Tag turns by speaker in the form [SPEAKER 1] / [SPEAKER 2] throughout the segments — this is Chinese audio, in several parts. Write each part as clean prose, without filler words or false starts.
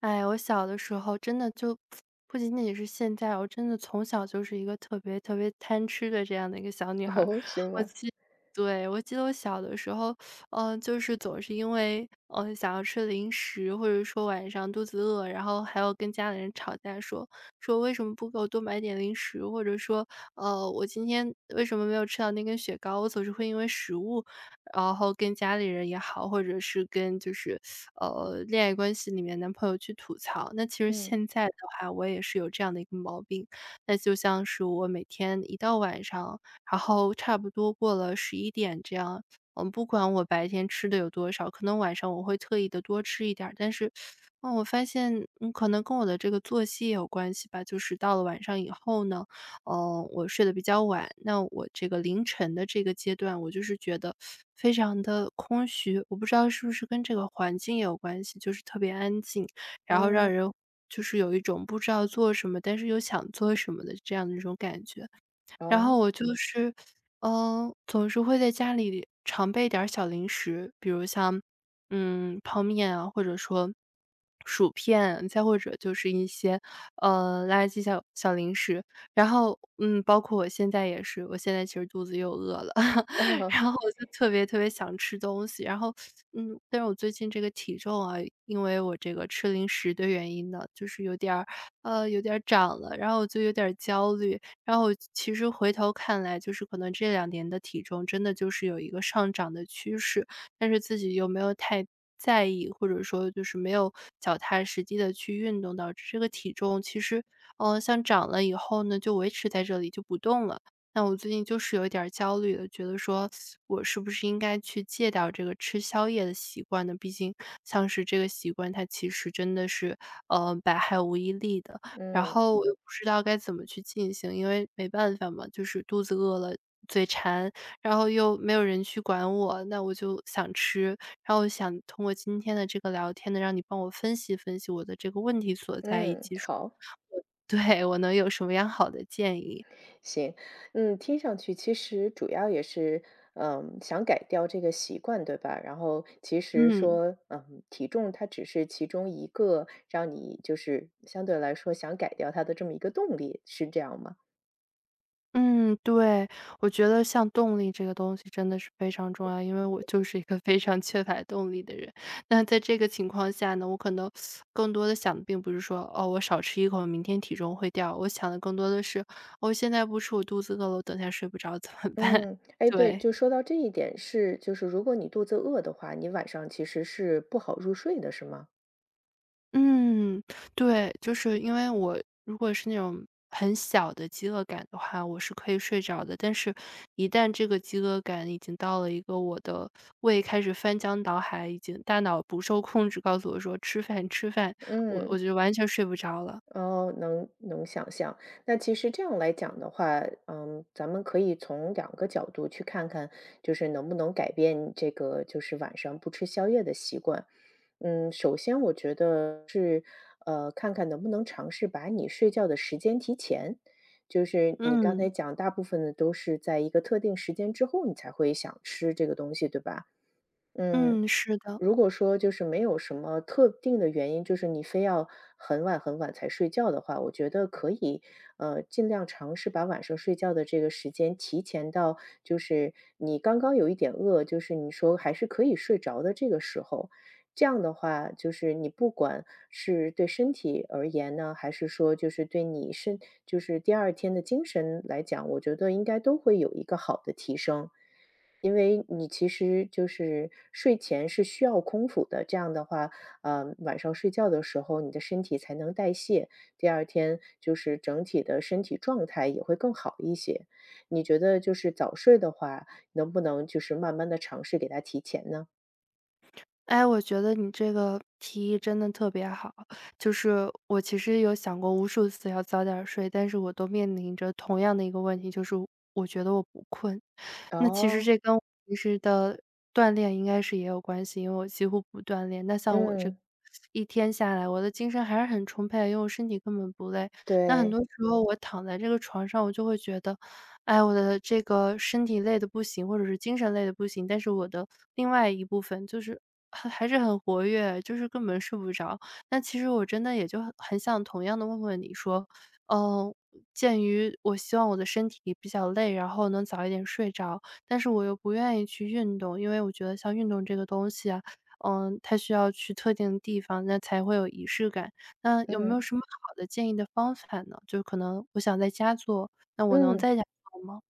[SPEAKER 1] 哎，我小的时候真的就不仅仅是现在，我真的从小就是一个特别特别贪吃的这样的一个小女 孩儿。
[SPEAKER 2] 哦，是
[SPEAKER 1] 我
[SPEAKER 2] 吗？
[SPEAKER 1] 记对，我记得我小的时候，就是总是因为，想要吃零食，或者说晚上肚子饿，然后还要跟家里人吵架说，说为什么不给我多买点零食，或者说，我今天为什么没有吃到那根雪糕？我总是会因为食物，然后跟家里人也好，或者是跟恋爱关系里面男朋友去吐槽。那其实
[SPEAKER 2] 嗯，
[SPEAKER 1] 现在的话，我也是有这样的一个毛病，那就像是我每天一到晚上，然后差不多过了11点这样，不管我白天吃的有多少，可能晚上我会特意的多吃一点儿，但是，我发现，可能跟我的这个作息也有关系吧，就是到了晚上以后呢，我睡得比较晚，那我这个凌晨的这个阶段，我就是觉得非常的空虚。我不知道是不是跟这个环境也有关系，就是特别安静，然后
[SPEAKER 2] 嗯，
[SPEAKER 1] 让人就是有一种不知道做什么，但是又想做什么的这样的一种感觉。然后
[SPEAKER 2] 哦，
[SPEAKER 1] 我就是,总是会在家里常备点儿小零食，比如像，泡面啊，或者说薯片，再或者就是一些，垃圾小零食。然后，包括我现在也是，我现在其实肚子又饿了，
[SPEAKER 2] 啊
[SPEAKER 1] 然后我就特别特别想吃东西。然后，但是我最近这个体重啊，因为我这个吃零食的原因呢，就是有点儿，有点儿涨了，然后我就有点儿焦虑。然后其实回头看来，就是可能这两年的体重真的就是有一个上涨的趋势，但是自己又没有太在意，或者说就是没有脚踏实地的去运动，导致这个体重其实，像涨了以后呢，就维持在这里就不动了。那我最近就是有一点儿焦虑了，觉得说我是不是应该去戒掉这个吃宵夜的习惯呢？毕竟像是这个习惯，它其实真的是，百害无一利的。然
[SPEAKER 2] 嗯，
[SPEAKER 1] 后我又不知道该怎么去进行，因为没办法嘛，就是肚子饿了，嘴馋，然后又没有人去管我，那我就想吃。然后我想通过今天的这个聊天呢，让你帮我分析分析我的这个问题所在，以
[SPEAKER 2] 嗯，
[SPEAKER 1] 及说
[SPEAKER 2] 好，
[SPEAKER 1] 我 对，我能有什么样好的建议。
[SPEAKER 2] 行。嗯，听上去其实主要也是，想改掉这个习惯，对吧？然后其实
[SPEAKER 1] 嗯。
[SPEAKER 2] 说，体重它只是其中一个让你就是相对来说想改掉它的这么一个动力，是这样吗？
[SPEAKER 1] 嗯，对，我觉得像动力这个东西真的是非常重要，因为我就是一个非常缺乏动力的人。那在这个情况下呢，我可能更多的想的并不是说，哦，我少吃一口，明天体重会掉，我想的更多的是，我现在不吃我肚子饿了，我等下睡不着怎么办？
[SPEAKER 2] 嗯，哎，对，
[SPEAKER 1] 对。
[SPEAKER 2] 就说到这一点是，就是如果你肚子饿的话，你晚上其实是不好入睡的，是吗？
[SPEAKER 1] 嗯，对，就是因为我如果是那种很小的饥饿感的话，我是可以睡着的。但是，一旦这个饥饿感已经到了一个我的胃开始翻江倒海，已经大脑不受控制，告诉我说吃饭吃饭，我
[SPEAKER 2] 嗯。
[SPEAKER 1] 就完全睡不着了。
[SPEAKER 2] 哦，能想象。那其实这样来讲的话，咱们可以从两个角度去看看，就是能不能改变这个就是晚上不吃宵夜的习惯。嗯，首先我觉得是，看看能不能尝试把你睡觉的时间提前。就是你刚才
[SPEAKER 1] 嗯
[SPEAKER 2] 讲，大部分的都是在一个特定时间之后，你才会想吃这个东西，对吧？嗯，
[SPEAKER 1] 嗯，是的。
[SPEAKER 2] 如果说就是没有什么特定的原因，就是你非要很晚很晚才睡觉的话，我觉得可以，尽量尝试把晚上睡觉的这个时间提前到，就是你刚刚有一点饿，就是你说还是可以睡着的这个时候。这样的话，就是你不管是对身体而言呢，还是说就是对你身，就是第二天的精神来讲，我觉得应该都会有一个好的提升。因为你其实就是睡前是需要空腹的，这样的话，晚上睡觉的时候，你的身体才能代谢，第二天就是整体的身体状态也会更好一些。你觉得就是早睡的话，能不能就是慢慢的尝试给它提前呢？
[SPEAKER 1] 哎，我觉得你这个提议真的特别好。就是我其实有想过无数次要早点睡，但是我都面临着同样的一个问题，就是我觉得我不困。那其实
[SPEAKER 2] 哦，
[SPEAKER 1] 这跟我平时的锻炼应该是也有关系，因为我几乎不锻炼。那像我这
[SPEAKER 2] 嗯，
[SPEAKER 1] 一天下来，我的精神还是很充沛，因为我身体根本不累。那很
[SPEAKER 2] 对，
[SPEAKER 1] 多时候我躺在这个床上，我就会觉得哎，我的这个身体累的不行，或者是精神累的不行，但是我的另外一部分就是还是很活跃，就是根本睡不着。那其实我真的也就很想同样的问问你说，嗯，鉴于我希望我的身体比较累，然后能早一点睡着，但是我又不愿意去运动，因为我觉得像运动这个东西啊，它需要去特定的地方，那才会有仪式感。那有没有
[SPEAKER 2] 嗯，
[SPEAKER 1] 什么好的建议的方法呢？就可能我想在家做，那我能
[SPEAKER 2] 嗯。
[SPEAKER 1] 在家吗？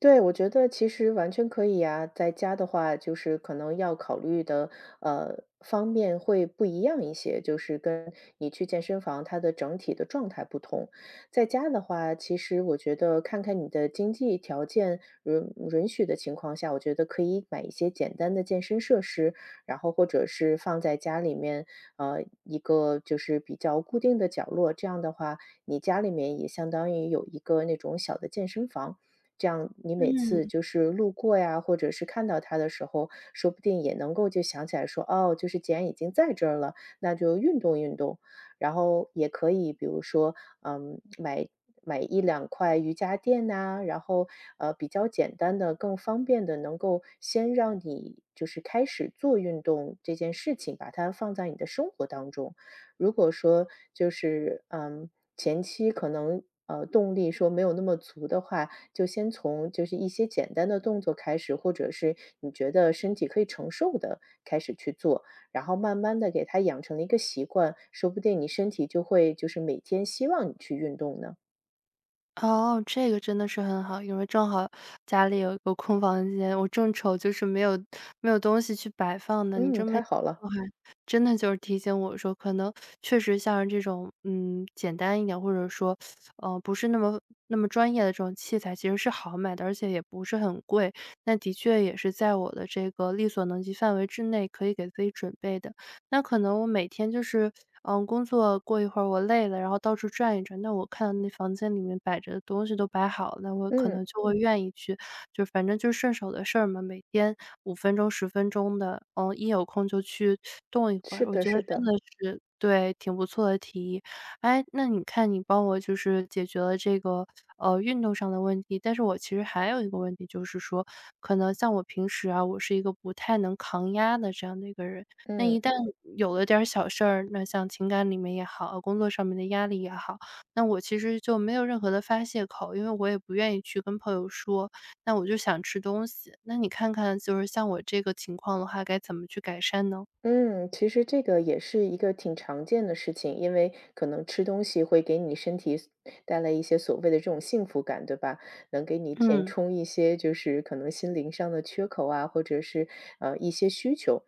[SPEAKER 2] 对，我觉得其实完全可以啊。在家的话，就是可能要考虑的方面会不一样一些，就是跟你去健身房，它的整体的状态不同。在家的话，其实我觉得看看你的经济条件允许的情况下，我觉得可以买一些简单的健身设施，然后或者是放在家里面，一个就是比较固定的角落。这样的话，你家里面也相当于有一个那种小的健身房。这样你每
[SPEAKER 1] 嗯，
[SPEAKER 2] 次就是路过呀，或者是看到它的时候，说不定也能够就想起来说，哦，就是既然已经在这儿了，那就运动运动。然后也可以比如说，嗯，买一两块瑜伽垫呐、然后比较简单的、更方便的，能够先让你就是开始做运动这件事情，把它放在你的生活当中。如果说就是前期可能动力说没有那么足的话，就先从就是一些简单的动作开始，或者是你觉得身体可以承受的开始去做，然后慢慢的给它养成了一个习惯，说不定你身体就会就是每天希望你去运动呢。
[SPEAKER 1] 哦，这个真的是很好，因为正好家里有一个空房间，我正愁就是没有东西去摆放呢。你这
[SPEAKER 2] 嗯，
[SPEAKER 1] 么一
[SPEAKER 2] 太好了，
[SPEAKER 1] 说还真的就是提醒我说，可能确实像是这种，简单一点，或者说，不是那么专业的这种器材，其实是好买的，而且也不是很贵。那的确也是在我的这个力所能及范围之内，可以给自己准备的。那可能我每天就是，工作过一会儿我累了，然后到处转一转，那我看到那房间里面摆着的东西都摆好了，那我可
[SPEAKER 2] 嗯，
[SPEAKER 1] 能就会愿意去就反正就是顺手的事儿嘛，每天5分钟、10分钟的，一有空就去动一会儿，
[SPEAKER 2] 是
[SPEAKER 1] 我
[SPEAKER 2] 的，
[SPEAKER 1] 觉得
[SPEAKER 2] 是
[SPEAKER 1] 真
[SPEAKER 2] 的，
[SPEAKER 1] 的是对，挺不错的提议。哎，那你看你帮我就是解决了这个，运动上的问题，但是我其实还有一个问题，就是说可能像我平时啊，我是一个不太能抗压的这样的一个人。那一
[SPEAKER 2] 嗯。
[SPEAKER 1] 旦有了点儿小事儿，那像情感里面也好，工作上面的压力也好，那我其实就没有任何的发泄口，因为我也不愿意去跟朋友说，那我就想吃东西。那你看看，就是像我这个情况的话，该怎么去改善呢？
[SPEAKER 2] 嗯，其实这个也是一个挺常见的事情，因为可能吃东西会给你身体带来一些所谓的这种幸福感，对吧？能给你填
[SPEAKER 1] 嗯。
[SPEAKER 2] 充一些就是可能心灵上的缺口啊，或者是一些需求。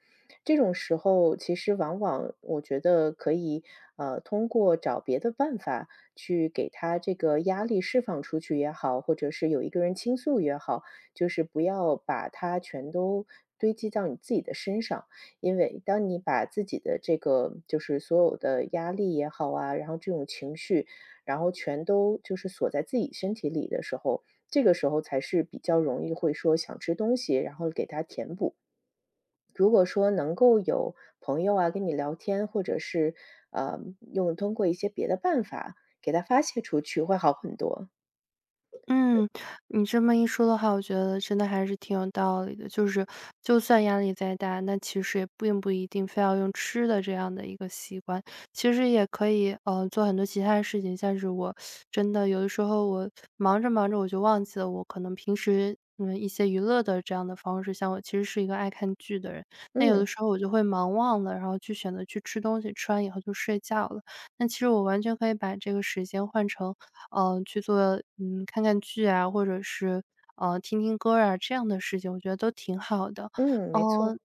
[SPEAKER 2] 这种时候，其实往往我觉得可以通过找别的办法去给他这个压力释放出去也好，或者是有一个人倾诉也好，就是不要把它全都堆积到你自己的身上。因为当你把自己的这个就是所有的压力也好啊，然后这种情绪，然后全都就是锁在自己身体里的时候，这个时候才是比较容易会说想吃东西，然后给它填补。如果说能够有朋友啊跟你聊天，或者是呃用通过一些别的办法给它发泄出去，会好很多。
[SPEAKER 1] 嗯，你这么一说的话，我觉得真的还是挺有道理的。就是就算压力再大，那其实也并不一定非要用吃的这样的一个习惯，其实也可以，做很多其他的事情。像是我真的有的时候我忙着忙着我就忘记了，我可能平时一些娱乐的这样的方式，像我其实是一个爱看剧的人，那有的
[SPEAKER 2] 嗯
[SPEAKER 1] 时候我就会忙忘了，然后去选择去吃东西，吃完以后就睡觉了。那其实我完全可以把这个时间换成去做看看剧啊，或者是，听听歌啊，这样的事情，我觉得都挺好的。
[SPEAKER 2] 嗯，没
[SPEAKER 1] 呃，
[SPEAKER 2] 错，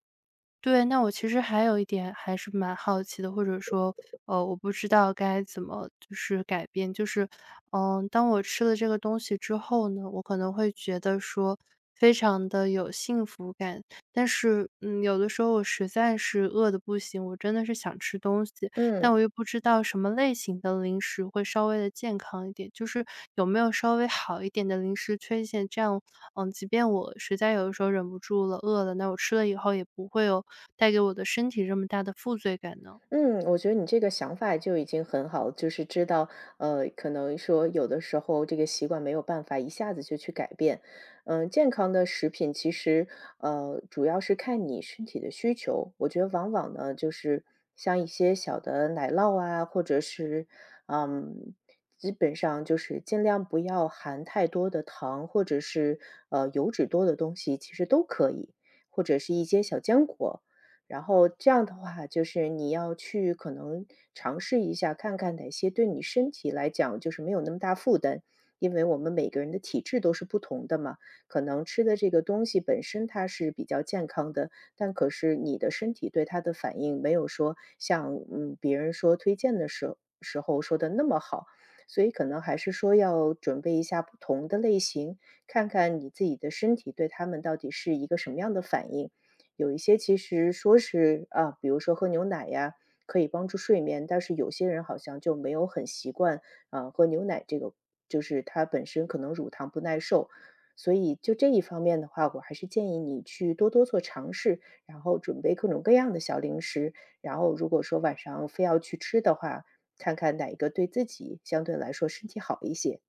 [SPEAKER 1] 对，那我其实还有一点还是蛮好奇的，或者说，我不知道该怎么就是改变，就是，当我吃了这个东西之后呢，我可能会觉得说非常的有幸福感，但是，有的时候我实在是饿的不行，我真的是想吃东西。但
[SPEAKER 2] 嗯。
[SPEAKER 1] 我又不知道什么类型的零食会稍微的健康一点，就是有没有稍微好一点的零食推荐，这样，即便我实在有的时候忍不住了、饿了，那我吃了以后也不会有带给我的身体这么大的负罪感呢？
[SPEAKER 2] 嗯，我觉得你这个想法就已经很好，就是知道，可能说有的时候这个习惯没有办法一下子就去改变。嗯，健康的食品其实，主要是看你身体的需求。我觉得往往呢，就是像一些小的奶酪啊，或者是，嗯，基本上就是尽量不要含太多的糖，或者是油脂多的东西，其实都可以，或者是一些小坚果。然后这样的话，就是你要去可能尝试一下，看看哪些对你身体来讲就是没有那么大负担。因为我们每个人的体质都是不同的嘛，可能吃的这个东西本身它是比较健康的，但可是你的身体对它的反应没有说像嗯别人说推荐的时候说的那么好，所以可能还是说要准备一下不同的类型，看看你自己的身体对它们到底是一个什么样的反应。有一些其实说是啊，比如说喝牛奶呀，可以帮助睡眠，但是有些人好像就没有很习惯啊，喝牛奶这个，就是它本身可能乳糖不耐受。所以就这一方面的话，我还是建议你去多多做尝试，然后准备各种各样的小零食，然后如果说晚上非要去吃的话，看看哪一个对自己相对来说身体好一些。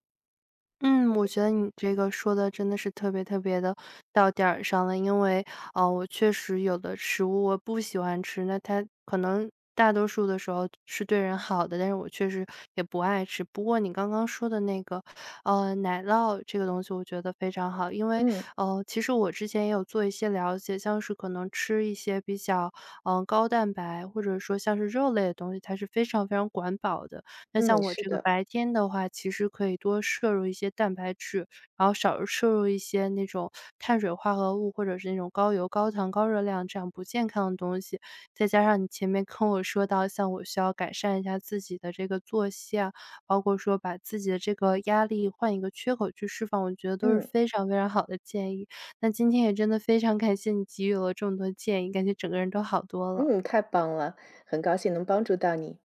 [SPEAKER 1] 嗯，我觉得你这个说的真的是特别特别的到点儿上了。因为，我确实有的食物我不喜欢吃，那它可能大多数的时候是对人好的，但是我确实也不爱吃。不过你刚刚说的那个，奶酪这个东西我觉得非常好。因为，
[SPEAKER 2] 嗯，
[SPEAKER 1] 其实我之前也有做一些了解，像是可能吃一些比较高蛋白，或者说像是肉类的东西，它是非常非常管饱的。那像
[SPEAKER 2] 嗯，
[SPEAKER 1] 我
[SPEAKER 2] 是
[SPEAKER 1] 这个
[SPEAKER 2] 的，
[SPEAKER 1] 白天的话，其实可以多摄入一些蛋白质，然后少摄入一些那种碳水化合物，或者是那种高油、高糖、高热量这样不健康的东西。再加上你前面跟我说到，像我需要改善一下自己的这个作息啊，包括说把自己的这个压力换一个缺口去释放，我觉得都是
[SPEAKER 2] 嗯，
[SPEAKER 1] 非常非常好的建议。那今天也真的非常感谢你给予了这么多建议，感觉整个人都好多了。
[SPEAKER 2] 嗯，太棒了，很高兴能帮助到你。